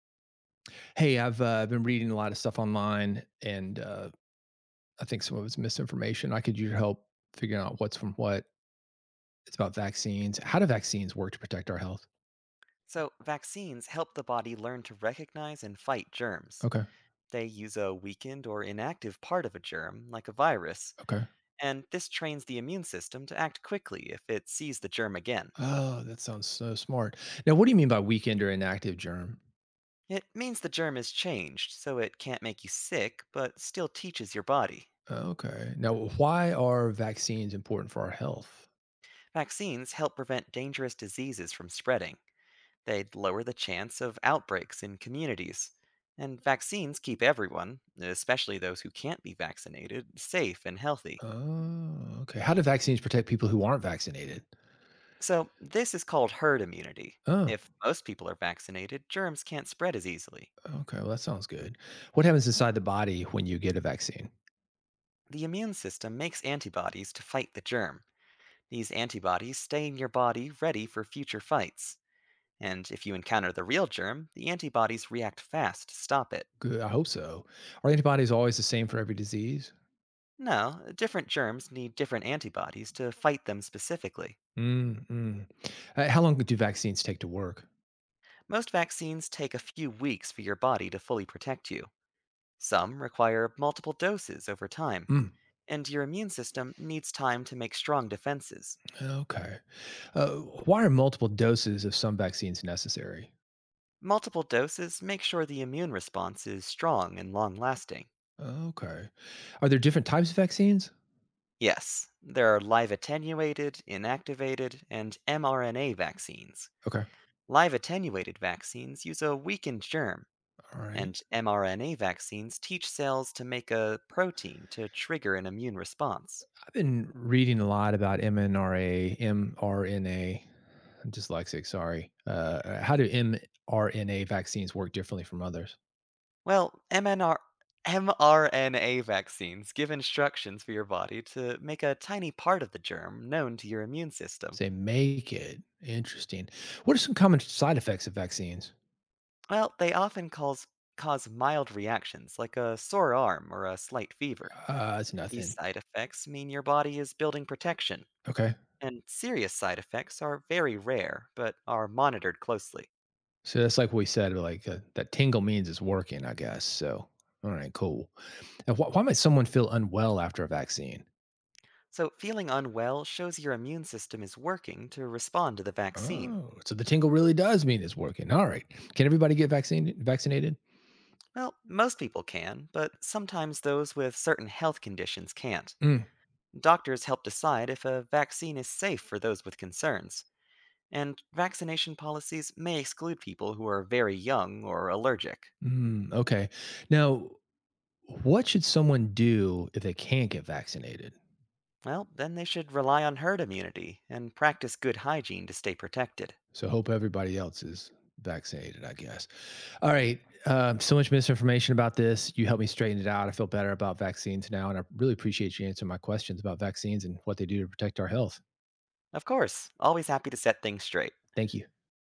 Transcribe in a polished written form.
Hey, I've been reading a lot of stuff online, and I think some of it's misinformation. I could use your help figuring out what's from what. It's about vaccines. How do vaccines work to protect our health? So, vaccines help the body learn to recognize and fight germs. Okay. They use a weakened or inactive part of a germ, like a virus, Okay. and this trains the immune system to act quickly if it sees the germ again. Oh, that sounds so smart. Now, what do you mean by weakened or inactive germ? It means the germ is changed, so it can't make you sick, but still teaches your body. Okay. Now, why are vaccines important for our health? Vaccines help prevent dangerous diseases from spreading. They lower the chance of outbreaks in communities. And vaccines keep everyone, especially those who can't be vaccinated, safe and healthy. Oh, okay. How do vaccines protect people who aren't vaccinated? So, this is called herd immunity. Oh, If most people are vaccinated, germs can't spread as easily. okay. Well, that sounds good. What happens inside the body when you get a vaccine? The immune system makes antibodies to fight the germ. These antibodies stay in your body ready for future fights. And if you encounter the real germ, the antibodies react fast to stop it. Good. I hope so. Are antibodies always the same for every disease? Now, different germs need different antibodies to fight them specifically. Mm, mm. How long do vaccines take to work? Most vaccines take a few weeks for your body to fully protect you. Some require multiple doses over time, Mm, and your immune system needs time to make strong defenses. okay. Uh, why are multiple doses of some vaccines necessary? Multiple doses make sure the immune response is strong and long lasting. Okay. Are there different types of vaccines? Yes, there are live attenuated, inactivated, and mRNA vaccines. Okay. Live attenuated vaccines use a weakened germ, All right. and mRNA vaccines teach cells to make a protein to trigger an immune response. I've been reading a lot about mRNA. I'm dyslexic, sorry. How do mRNA vaccines work differently from others? Well, MNR mRNA vaccines give instructions for your body to make a tiny part of the germ known to your immune system. Say make it interesting. What are some common side effects of vaccines? Well, cause mild reactions like a sore arm or a slight fever. It's These nothing. side effects mean your body is building protection, Okay. and serious side effects are very rare but are monitored closely. So that's like we said, like that tingle means it's working, I guess. So, all right, cool. And why might someone feel unwell after a vaccine? So, feeling unwell shows your immune system is working to respond to the vaccine. Oh, so the tingle really does mean it's working. All right. Can everybody get vaccinated? Well, most people can, but sometimes those with certain health conditions can't. Mm. Doctors help decide if a vaccine is safe for those with concerns, and vaccination policies may exclude people who are very young or allergic. Mm, okay. Now, what should someone do if they can't get vaccinated? Well, then they should rely on herd immunity and practice good hygiene to stay protected. So, hope everybody else is vaccinated, I guess. All right. So much misinformation about this. You helped me straighten it out. I feel better about vaccines now. And I really appreciate you answering my questions about vaccines and what they do to protect our health. Of course, always happy to set things straight. Thank you.